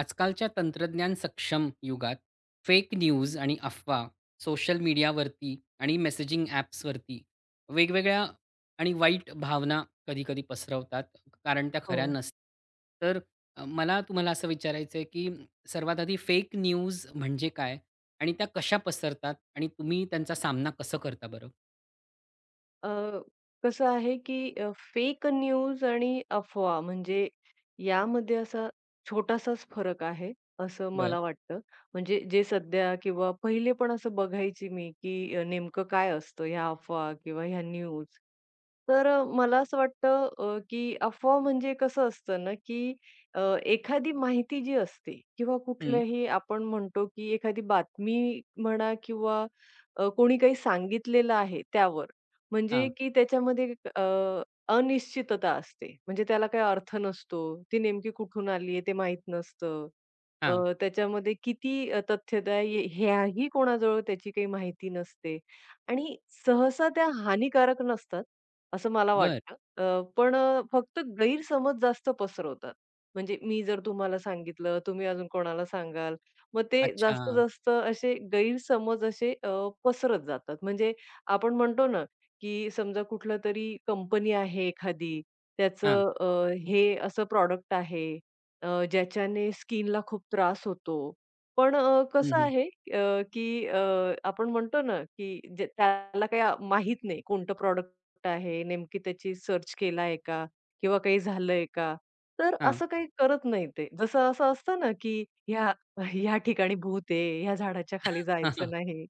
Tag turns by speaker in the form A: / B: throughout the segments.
A: आजकालच्या तंत्रज्ञान सक्षम युगात फेक न्यूज आणि अफवा सोशल मीडियावरती आणि मेसेजिंग ॲप्सवरती वेगवेगळ्या आणि वाईट भावना कधीकधी पसरवतात, कारण त्या खऱ्या
B: हो.
A: नसतात. तर मला तुम्हाला असं विचारायचं आहे, की सर्वात आधी फेक न्यूज म्हणजे काय, आणि त्या कशा पसरतात, आणि तुम्ही त्यांचा सामना कसं करता बरं.
B: अ, कसं आहे की फेक न्यूज आणि अफवा म्हणजे यामध्ये असा छोटासाच फरक आहे, असं
A: बरं.
B: मला वाटतं. म्हणजे जे सध्या किंवा पहिले पण असं बघायची मी की नेमकं काय असतं ह्या अफवा किंवा ह्या न्यूज. तर मला असं वाटतं की अफवा म्हणजे कसं असतं ना की एखादी माहिती जी असते किंवा
A: हं.
B: कुठल्याही आपण म्हणतो की एखादी बातमी म्हणा किंवा कोणी काही सांगितलेलं आहे त्यावर. म्हणजे
A: हां.
B: की त्याच्यामध्ये अनिश्चितता असते. म्हणजे त्याला काही अर्थ नसतो. ती नेमकी कुठून आली आहे ते माहीत नसतं.
A: हां.
B: त्याच्यामध्ये किती तथ्यता आहे ह्याही कोणाजवळ त्याची काही माहिती नसते आणि सहसा त्या हानिकारक नसतात, असं मला
A: बरं.
B: वाटतं. पण फक्त गैरसमज जास्त पसरवतात. म्हणजे मी जर तुम्हाला सांगितलं, तुम्ही अजून कोणाला सांगाल. मग ते
A: अच्छा.
B: जास्तीत जास्त असे गैरसमज असे पसरत जातात. म्हणजे आपण म्हणतो ना की समजा कुठलं तरी कंपनी आहे एखादी,
A: हां.
B: त्याचं हे असं प्रॉडक्ट आहे ज्याच्याने स्किनला खूप त्रास होतो. पण
A: हं,
B: कसं
A: हं.
B: आहे अ, की अ, आपण म्हणतो ना, की जे त्याला काही माहित नाही कोणतं प्रॉडक्ट आहे, नेमकी त्याची सर्च केला आहे का? किंवा काही झालंय का? तर
A: हां.
B: असं काही करत नाही ते. जसं असं असतं ना, की ह्या ह्या ठिकाणी भूत आहे, ह्या झाडाच्या खाली
A: हां. हां.
B: जायचं नाही.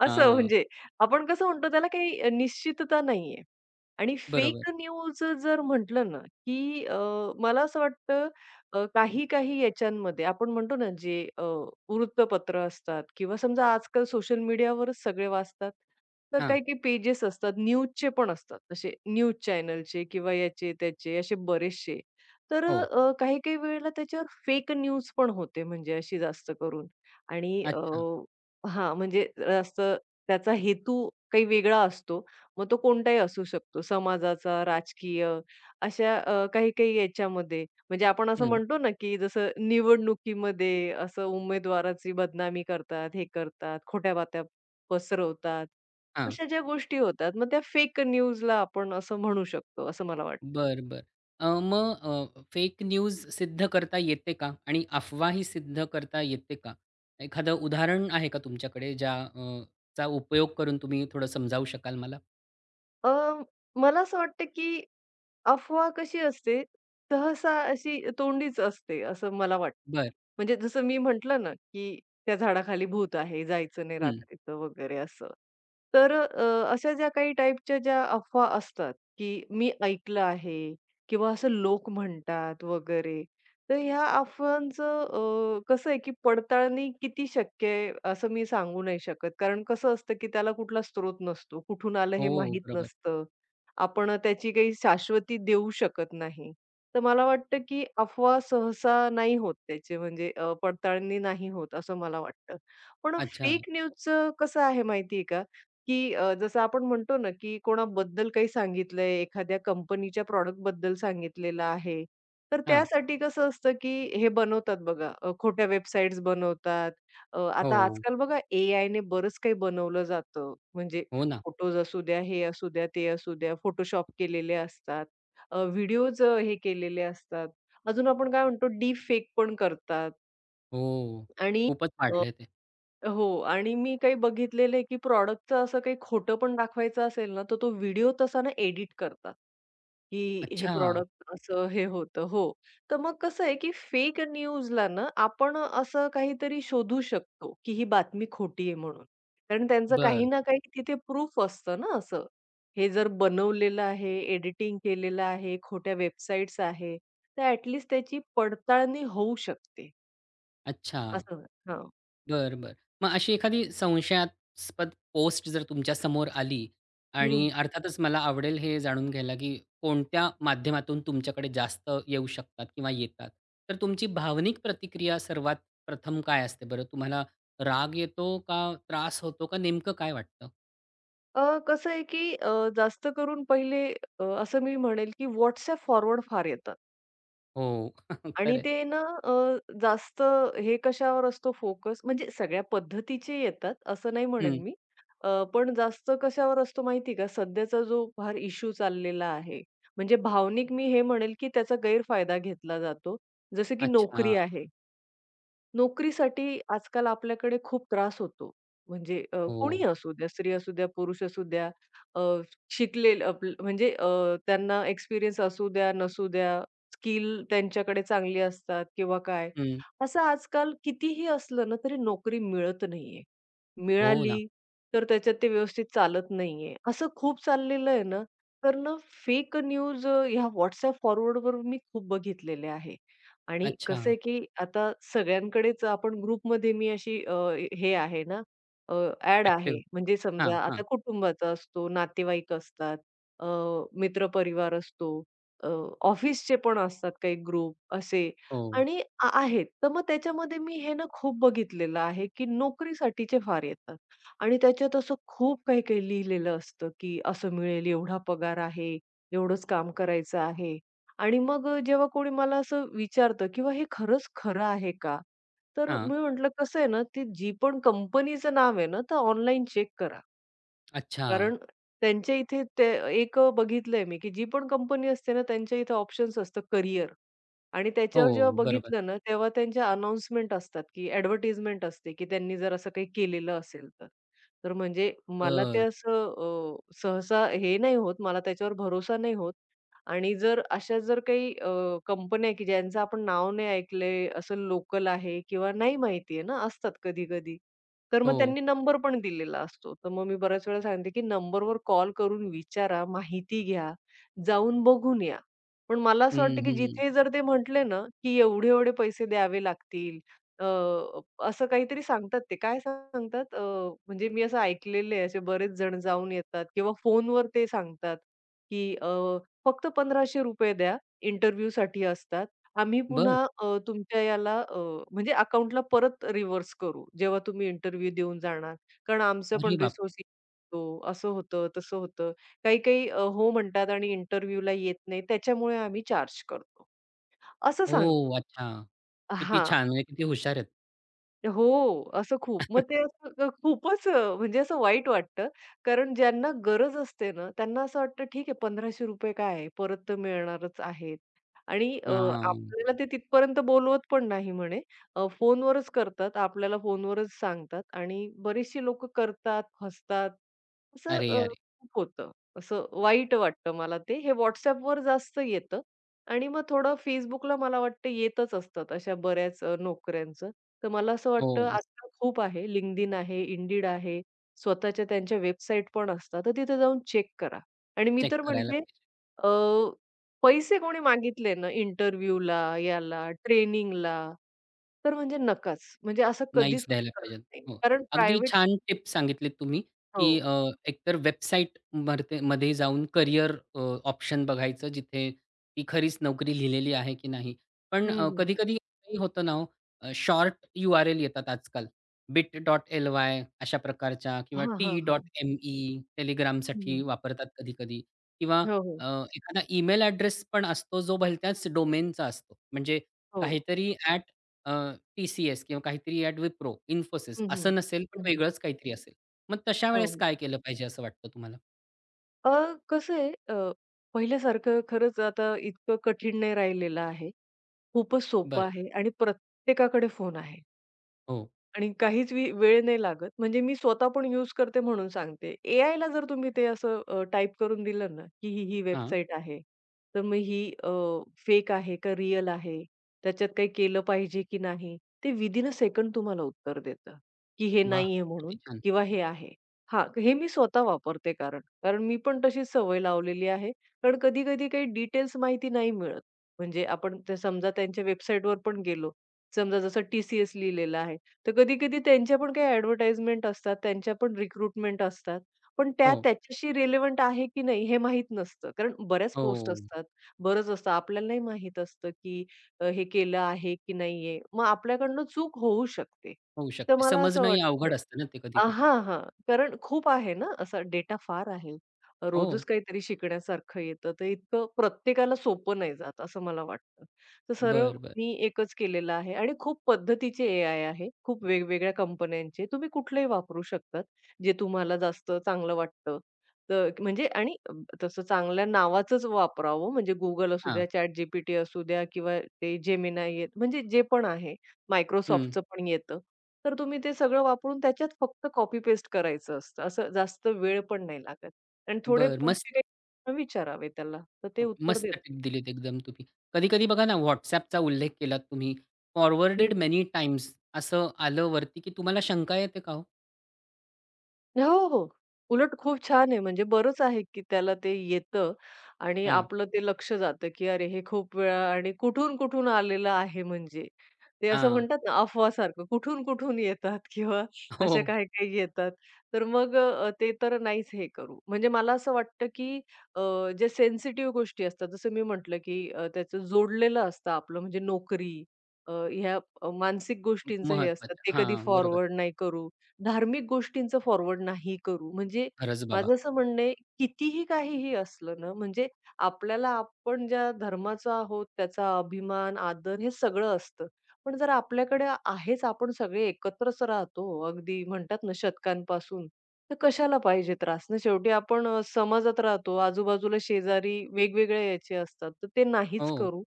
B: असं
A: हां.
B: म्हणजे आपण कसं म्हणतो त्याला काही निश्चितता नाहीये. आणि
A: बरोबर.
B: फेक न्यूज जर म्हटलं ना, की मला असं वाटतं काही-काही याच्यांमध्ये आपण म्हणतो ना, जे वृत्तपत्र असतात किंवा समजा आजकाल सोशल मीडियावरच सगळे वाचतात. तर
A: हां.
B: काही-काही पेजेस असतात, न्यूजचे पण असतात. असे न्यूज चॅनलचे किंवा याचे, त्याचे असे बरेचसे. तर
A: हो.
B: काही-काही वेळेला त्याच्यावर फेक न्यूज पण होते म्हणजे अशी जास्त करून. आणि अ,
A: अच्छा.
B: हां, म्हणजे जास्त त्याचा हेतू काही वेगळा असतो. मग तो कोणताही असू शकतो. समाजाचा, राजकीय अशा काही-काही याच्यामध्ये म्हणजे आपण असं
A: हं.
B: म्हणतो ना, की जसं निवडणुकीमध्ये असं उमेदवाराची बदनामी करतात, हे करतात, खोट्या बात्या पसरवतात.
A: हां.
B: अशा ज्या गोष्टी होतात, मग त्या फेक न्यूजला आपण असं म्हणू शकतो, असं मला वाटतं.
A: बरं, बरं. मग फेक न्यूज सिद्ध करता येते का? आणि अफवा ही सिद्ध करता येते का? एखादं उदाहरण आहे का तुमच्याकडे, ज्या ...चा उपयोग करून तुम्ही थोडं समजावू शकाल मला?
B: अ, मला असं वाटतं, की अफवा कशी असते, सहसा अशी तोंडीच असते, असं मला वाटतं.
A: बरं.
B: म्हणजे जसं मी म्हटलं ना, की त्या झाडाखाली भूत आहे, जायचं नाही
A: हं.
B: रात्रीचं वगैरे असं. तर अशा ज्या काही टाईपच्या ज्या अफवा असतात, की मी ऐकलं आहे किंवा असं लोक म्हणतात वगैरे, तर ह्या अफवांचं कसं आहे की पडताळणी किती शक्य आहे, असं मी सांगू नाही शकत. कारण कसं असतं की त्याला कुठला स्रोत नसतो. कुठून आलं हे
A: हो,
B: माहीत
A: बरोबर.
B: नसतं. आपण त्याची काही शाश्वती देऊ शकत नाही. तर मला वाटतं की अफवा सहसा नाही होत त्याचे म्हणजे पडताळणी नाही होत असं मला वाटतं. पण
A: अच्छा.
B: फेक न्यूजचं कसं आहे माहिती आहे का? की जसं आपण म्हणतो ना की कोणाबद्दल काही सांगितलंय, एखाद्या कंपनीच्या प्रॉडक्टबद्दल सांगितलेलं आहे तर
A: हां.
B: त्यासाठी कसं असतं, की हे बनवतात बघा खोट्या वेबसाईट्स बनवतात. आता
A: हो.
B: आजकाल बघा एआयने बरंच काही बनवलं जातं. म्हणजे
A: हो ना.
B: फोटोज असू द्या, हे असू द्या, ते असू द्या. फोटोशॉप केलेले असतात. व्हिडिओज हे केलेले असतात. अजून आपण काय म्हणतो, डीप फेक पण करतात
A: हो.
B: आणि
A: खूपच वाढलंय ते.
B: हो आणि मी काही बघितलेलं आहे, की प्रॉडक्टचं असं काही खोटं पण दाखवायचं असेल ना, तर तो व्हिडिओ तसा ना एडिट करतात, की हे
A: अच्छा.
B: प्रॉडक्ट असं हे होतं. हो. तर मग कसं आहे, की फेक न्यूजला ना आपण असं काहीतरी शोधू शकतो, की ही बातमी खोटी आहे म्हणून. कारण त्यांचं काही
A: बरं.
B: ना काही तिथे प्रूफ असतं ना असं. हे जर बनवलेलं आहे, एडिटिंग केलेलं आहे, खोट्या वेबसाईट्स आहे, तर ॲट त्याची पडताळणी होऊ शकते.
A: अच्छा.
B: असं. हां.
A: बरं, बरं. मग अशी एखादी संशयास्पद पोस्ट जर तुमच्या समोर आली, आणि अर्थातच मला आवडेल हे जाणून घ्यायला, की कोणत्या माध्यमातून तुमच्याकडे जास्त येऊ शकतात किंवा येतात. तर तुमची भावनिक प्रतिक्रिया सर्वात प्रथम काय असते बरं? तुम्हाला राग येतो का, त्रास होतो का, नेमकं काय वाटतं?
B: कसं आहे, की जास्त करून पहिले असं मी म्हणेल, की WhatsApp फॉरवर्ड फार येतात
A: हो.
B: आणि
A: खरं आहे.
B: ते ना जास्त हे कशावर असतो फोकस म्हणजे सगळ्या पद्धतीचे येतात असं नाही म्हणेल मी. पण जास्त कशावर असतो माहिती आहे का? सध्याचा जो फार इश्यू चाललेला आहे. म्हणजे भावनिक मी हे म्हणेल, की त्याचा गैरफायदा घेतला जातो. जसं की
A: अच्छा.
B: नोकरी आहे. नोकरीसाठी आजकाल आपल्याकडे खूप त्रास होतो. म्हणजे
A: हो.
B: कोणीही असू द्या, स्त्री असू द्या, पुरुष असू द्या, अ, शिकलेलं आपल म्हणजे त्यांना एक्सपिरियन्स असू द्या, नसू द्या, स्किल त्यांच्याकडे चांगली असतात किंवा काय.
A: हं.
B: असं आजकाल कितीही असलं ना, तरी नोकरी मिळत नाहीये.
A: हो ना.
B: मिळाली तर त्याच्यात ते व्यवस्थित चालत नाहीये. असं खूप चाललेलं आहे ना, तर ना फेक न्यूज ह्या WhatsApp फॉरवर्डवर मी खूप बघितलेल्या आहे. आणि
A: अच्छा.
B: कसं आहे, की आता सगळ्यांकडेच आपण ग्रुपमध्ये मी अशी हे आहे ना, अ, ॲड आहे.
A: ॲक्टिव्ह.
B: म्हणजे
A: हां,
B: समजा
A: हां.
B: आता कुटुंबाचा असतो, नातेवाईक असतात, अ, मित्रपरिवार असतो, अ, ऑफिसचे पण असतात काही ग्रुप असे
A: हो.
B: आणि आहेत. तर मग त्याच्यामध्ये मी हे ना खूप बघितलेलं आहे, की नोकरीसाठीचे फार येतात आणि त्याच्यात असं खूप काही-काही लिहिलेलं असतं, की असं मिळेल, एवढा पगार आहे, एवढंच काम करायचं आहे. आणि मग जेव्हा कोणी मला असं विचारतं किंवा हे खरंच खरं आहे का? तर
A: हां.
B: मी म्हटलं कसं आहे ना, ती जी पण कंपनीचं नाव आहे ना, तर ऑनलाईन चेक करा.
A: अच्छा.
B: कारण त्यांच्या इथे ते एक बघितलंय मी, की जी पण कंपनी असते ना, त्यांच्या इथे ऑप्शन्स असतं करिअर आणि त्याच्यावर
A: हो.
B: जेव्हा
A: बरोबर.
B: बघितलं ना, तेव्हा त्यांच्या अनाउन्समेंट असतात, की ॲडव्हर्टाइजमेंट असते, की त्यांनी जर असं काही केलेलं असेल तर. तर म्हणजे मला ते
A: बरं.
B: असं सहसा हे नाही होत, मला त्याच्यावर भरोसा नाही होत आणि जर अशा जर काही कंपन्या आहे, की ज्यांचं आपण नाव नाही ऐकलंय, असं लोकल आहे किंवा नाही माहिती आहे ना, असतात कधी-कधी. तर मग
A: हो.
B: त्यांनी नंबर पण दिलेला असतो. तर मग मी बऱ्याच वेळा सांगते, की नंबरवर कॉल करून विचारा, माहिती घ्या, जाऊन बघून या. पण मला
A: हं,
B: असं वाटतं, की
A: हं.
B: जिथे जर ते म्हटले ना, की एवढे-एवढे पैसे द्यावे लागतील. अ, असं काहीतरी सांगतात ते. काय सांगतात? म्हणजे मी असं ऐकलेले असे बरेच जण जाऊन येतात किंवा फोनवर ते सांगतात, की फक्त ₹1500 द्या, इंटरव्ह्यूसाठी असतात. आम्ही
A: बरं.
B: पुन्हा तुमच्या याला म्हणजे अकाउंटला परत रिव्हर्स करू, जेव्हा तुम्ही इंटरव्ह्यू देऊन जाणार. कारण आमचा
A: अरे
B: पण
A: बापरे!
B: रिसोर्स तो असं होतं, तसं होतं. काही-काही हो म्हणतात आणि इंटरव्ह्यूला येत नाही त्याच्यामुळे आम्ही चार्ज करतो. असं सांग
A: ओह! अच्छा. किती
B: हा
A: छान, म्हणजे किती हुशार आहेत.
B: हो, असं खूप. मग ते असं खूपच म्हणजे असं वाईट वाटतं. कारण ज्यांना गरज असते ना, त्यांना असं वाटतं ठीक आहे ₹1500 काय आहे, परत तर मिळणारच आहेत. आणि अ,
A: हां.
B: आपल्याला ते तिथपर्यंत बोलवत पण नाही म्हणे. फोनवरच करतात, आपल्याला फोनवरच सांगतात आणि बरीचशी लोकं करतात, फसतात. असं
A: अरे,
B: अ,
A: अरे.
B: खूप होतं. असं वाईट वाटतं मला ते. हे WhatsAppवर जास्त येतं आणि मग थोडं Facebookला मला वाटतं येतच असतात अशा बऱ्याच नोकऱ्यांचं. तर मला असं वाटतं
A: हो.
B: आजकाल खूप आहे. LinkedIn आहे, Indeed आहे. स्वतःच्या त्यांच्या वेबसाईट पण असतात. तर तिथे जाऊन चेक करा. आणि मी
A: चेक
B: तर
A: करायला
B: म्हणते
A: पाहिजे.
B: अ, पैसे कोणी मागितले ना इंटरव्ह्यूला, याला, ट्रेनिंगला, तर म्हणजे नकाच. म्हणजे असं कधीच
A: नाहीच द्यायला
B: कोणी करत
A: पाहिजेत.
B: नाही.
A: हो.
B: कारण
A: अगदी
B: प्रायव्हेट
A: छान टिप सांगितलीत तुम्ही,
B: हो.
A: की एकतर वेबसाईट मरते मध्ये जाऊन करियर ऑप्शन बघायचं, जिथे ती खरीच नोकरी लिहिलेली आहे की नाही. पण
B: हं, हं.
A: कधी-कधी असंही होतं ना हो, शॉर्ट URL येतात आजकाल. bit.ly अशा प्रकारच्या किंवा
B: हां, हां, हां.
A: t.me Telegramसाठी
B: हं,
A: वापरतात कधी-कधी, किंवा
B: हो, हो.
A: अ, एखादा ईमेल ॲड्रेस पण असतो, जो भलत्याच डोमेनचा असतो. म्हणजे
B: हो.
A: काहीतरी अ, TCS किंवा काहीतरी ॲट विप्रो, इन्फोसिस
B: हं, हं.
A: असं नसेल, पण
B: हं,
A: वेगळंच काहीतरी असेल. मग तशा वेळेस
B: हो.
A: काय केलं पाहिजे असं वाटतं तुम्हाला?
B: अ, कसं आहे पहिल्यासारखं खरंच आता इतकं कठीण नाही राहिलेलं आहे. खूपच सोपं
A: बरं.
B: आहे आणि प्रत्येकाकडे फोन आहे.
A: हो.
B: आणि काहीच वेळ नाही लागत. म्हणजे मी स्वतः पण यूज करते म्हणून सांगते. ए ला जर तुम्ही ते असं टाइप करून दिलं ना, की ही
A: हां.
B: वेबसाईट आहे. तर मग ही फेक आहे का रिअल आहे? त्याच्यात काही केलं पाहिजे की नाही? ते विथिन अ सेकंड तुम्हाला उत्तर देतं, की हे
A: वाह!
B: नाहीये म्हणून
A: किती छान.
B: किंवा हे आहे. हां, हे मी स्वतः वापरते कारण. कारण मी पण तशीच सवय लावलेली आहे. कारण कधी-कधी काही डिटेल्स माहिती नाही मिळत. म्हणजे आपण ते समजा त्यांच्या वेबसाईटवर पण गेलो. समजा जसं TCS लिहिलेलं आहे. तर कधी-कधी त्यांच्या पण काही ॲडव्हर्टाइजमेंट असतात, त्यांच्या पण रिक्रुटमेंट असतात. पण त्या
A: हो.
B: त्याच्याशी रिलेव्हंट आहे की नाही हे माहीत नसतं. कारण बऱ्याच
A: हो.
B: पोस्ट असतात, बरंच असतं. आपल्याला नाही माहीत असतं की हे केलं आहे की नाहीये. मग आपल्याकडनं चूक होऊ शकते.
A: होऊ
B: तर
A: शकते.
B: मला असं
A: समजणंही
B: वाटतं
A: अवघड असतं ना ते कधी-कधी.
B: हां, हां. कारण खूप आहे ना, असा डेटा फार आहे.
A: हो.
B: रोजच काहीतरी शिकण्यासारखं येतं. तर इतकं प्रत्येकाला सोपं नाही जात, असं मला वाटतं. तर सरळ
A: बरं, बरं.
B: मी एकच केलेलं आहे आणि खूप पद्धतीचे एआय आहे. खूप वेगवेगळ्या कंपन्यांचे. तुम्ही कुठलेही वापरू शकतात, जे तुम्हाला जास्त चांगलं वाटतं. तर म्हणजे तसं चांगल्या नावाचंच वापरावं. म्हणजे Google असू
A: हां.
B: द्या, ChatGPT असू द्या किंवा ते Gemini म्हणजे जे पण आहे.
A: हं.
B: Microsoftचं पण येतं. तर तुम्ही ते सगळं वापरून त्याच्यात फक्त कॉपी पेस्ट करायचं असतं. असं जास्त वेळ पण नाही लागत आणि थोडे
A: बरं.
B: पुढचे
A: मस्त.
B: काही प्रश्न विचारावे त्याला, तर ते उत्तर
A: मस्त
B: देतं.
A: टिप दिलीत एकदम तुम्ही. कधी-कधी बघा ना, WhatsAppचा उल्लेख केलात तुम्ही. फॉरवर्डेड मॅनी टाइम्स असं आलं वरती, की तुम्हाला शंका येते का हो?
B: हो, हो. उलट खूप छान आहे. म्हणजे बरंच आहे, की त्याला ते येतं आणि
A: हां.
B: आपलं ते लक्ष जातं, की अरे हे खूप वेळा आणि कुठून-कुठून आलेलं आहे म्हणजे. ते असं
A: हां.
B: म्हणतात ना अफवासारखं कुठून-कुठून येतात किंवा
A: हो.
B: अशा काही-काही येतात. तर मग ते तर नाहीच हे करू. म्हणजे मला असं वाटतं, की अ, जे सेन्सिटिव्ह गोष्टी असतात, जसं मी म्हटलं, की त्याचं जोडलेलं असतं आपलं म्हणजे नोकरी, मानसिक गोष्टींचं हे असतं,
A: महत्वाचं.
B: ते कधी
A: हां. बरोबर.
B: फॉरवर्ड नाही करू धार्मिक गोष्टींचं फॉरवर्ड नाही करू. म्हणजे
A: खरंच बाबा.
B: माझं असं म्हणणं आहे, कितीही काहीही असलं ना, म्हणजे आपल्याला आपण ज्या धर्माचा आहोत, त्याचा अभिमान, आदर हे सगळं असतं. पण जर आपल्याकडे आहेच, आपण सगळे एकत्रच राहतो, अगदी म्हणतात ना शतकांपासून, तर कशाला पाहिजे त्रास ना? शेवटी आपण समाजात राहतो, आजूबाजूला शेजारी वेगवेगळ्या याचे असतात, तर ते नाहीच
A: हो.
B: करू,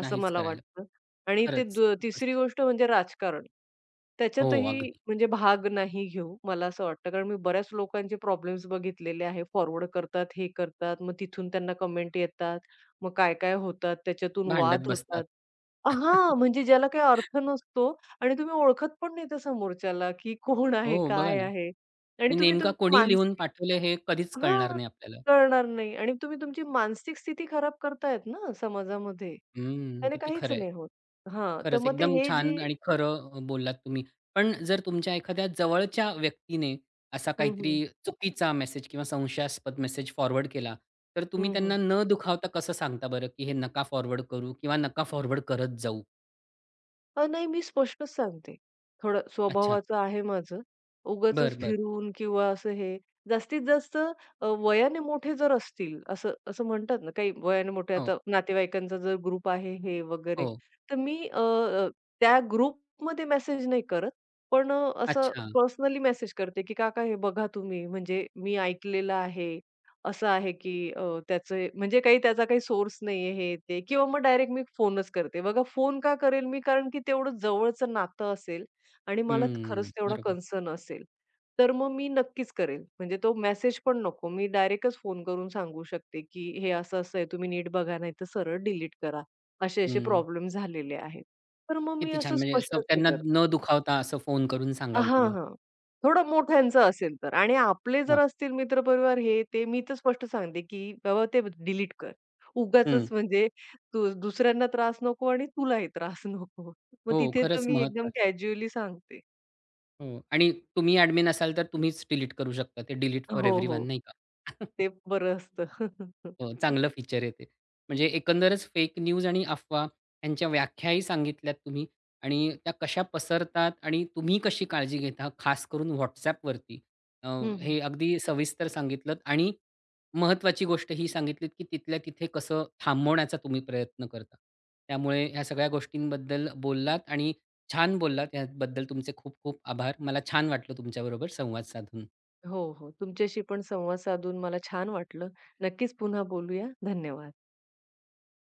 B: असं
A: नाहीच
B: मला
A: करायला.
B: वाटतं. आणि ते
A: खरंच
B: द
A: खूपच
B: तिसरी
A: छान.
B: गोष्ट म्हणजे राजकारण.
A: हो,
B: त्याच्यातही
A: अगदी.
B: म्हणजे भाग नाही घेऊ, मला असं वाटतं. कारण मी बऱ्याच लोकांचे प्रॉब्लेम्स बघितलेले आहे. फॉरवर्ड करतात, हे करतात, मग तिथून त्यांना कमेंट येतात. मग काय-काय होतात, त्याच्यातून वाद
A: भांडत बसतात.
B: होतात. हां, म्हणजे ज्याला काही अर्थ नसतो आणि तुम्ही ओळखत पण नाही त्या समोरच्याला, की कोण आहे,
A: हो, बघा
B: काय
A: ना.
B: आहे आणि
A: आणि
B: तुम्ही
A: नेमका
B: तुमची
A: कोणी लिहून
B: मानसिक
A: पाठवलंय हे कधीच कळणार
B: हां,
A: नाही आपल्याला.
B: कळणार नाही आणि तुम्ही तुमची मानसिक स्थिती खराब करतायत ना समाजामध्ये.
A: हं,
B: त्याने
A: किती
B: काहीच
A: खरं आहे.
B: नाही होत. हां, तर
A: खरंच
B: मग ते
A: एकदम
B: हे
A: छान
B: जे
A: आणि खरं बोललात तुम्ही. पण जर तुमच्या एखाद्या जवळच्या व्यक्तीने असा
B: हं,
A: काहीतरी
B: हं.
A: चुकीचा मेसेज किंवा संशयास्पद मेसेज फॉरवर्ड केला, तर तुम्ही
B: हं, हं.
A: त्यांना न दुखावता कसं सांगता बरं, की हे नका फॉरवर्ड करू किंवा नका फॉरवर्ड करत जाऊ?
B: नाही मी स्पष्टच सांगते. थोडं
A: अच्छा.
B: स्वभावाचं आहे माझं. उगाचच
A: बरं, बरं.
B: फिरून किंवा असं हे जास्तीत जास्त वयाने मोठे जर असतील असं असं म्हणतात ना, काही वयाने मोठे
A: हो,
B: आता नातेवाईकांचा जर ग्रुप आहे हे वगैरे,
A: हो.
B: तर मी अ, अ, त्या ग्रुपमध्ये मेसेज नाही करत. पण असं
A: अच्छा.
B: पर्सनली मेसेज करते, की "काका हे बघा तुम्ही, म्हणजे मी ऐकलेलं आहे." असं आहे की त्याचे म्हणजे काही त्याचा काही सोर्स नाहीये हे ते किंवा मग डायरेक्ट मी फोनच करते. बघा फोन का करेल मी? कारण की तेवढं जवळचं नातं असेल आणि मला
A: हम्म.
B: खरंच तेवढा
A: बरोबर.
B: कन्सर्न असेल. तर मग मी नक्कीच करेल. म्हणजे तो मेसेज पण नको. मी डायरेक्टच फोन करून सांगू शकते की "हे असं-असं आहे. तुम्ही नीट बघा नाहीतर सरळ डिलीट करा. असे-असे
A: हं.
B: प्रॉब्लेम झालेले आहेत." तर मग मी
A: किती छान,
B: असं
A: म्हणजे असं
B: स्पष्टच हे
A: त्यांना
B: करते.
A: न दुखावता असं फोन करून सांगाल
B: हां,
A: तुम्ही.
B: हां. थोडं मोठ्यांचं असेल तर आणि आपले जर
A: हां.
B: असतील मित्रपरिवार हे ते मी तर स्पष्ट सांगते, की "बाबा ते डिलीट कर.
A: हं.
B: उगाचच म्हणजे तू दुसऱ्यांना त्रास नको आणि तुलाही त्रास नको." मग
A: हो,
B: तिथे तर
A: खरंच
B: मी एकदम
A: महत्वाचं.
B: कॅज्युअली सांगते.
A: हो, आणि तुम्ही ॲडमिन असाल तर तुम्हीच डिलीट करू शकता. ते डिलीट फोर
B: हो,
A: एव्हरीवन
B: हो.
A: नाही का?
B: ते बरं असतं.
A: हो, चांगलं फीचर आहे ते. म्हणजे एकंदरच फेक न्यूज आणि अफवा यांच्या व्याख्याही सांगितल्यात तुम्ही, आणि त्या कशा पसरतात आणि तुम्ही कशी काळजी घेता, खास करून WhatsAppवरती. अ,
B: हं, हं.
A: हे अगदी सविस्तर सांगितलत, आणि महत्त्वाची गोष्ट ही सांगितलीत, की तिथल्या तिथे कसं थांबवण्याचा तुम्ही प्रयत्न करता. त्यामुळे ह्या सगळ्या गोष्टींबद्दल बोललात आणि छान बोललात. याबद्दल तुमचे खूप खूप आभार. मला छान वाटलं तुमच्याबरोबर संवाद साधून.
B: हो, हो. तुमच्याशी पण संवाद साधून मला छान वाटलं. नक्कीच पुन्हा बोलूया. धन्यवाद.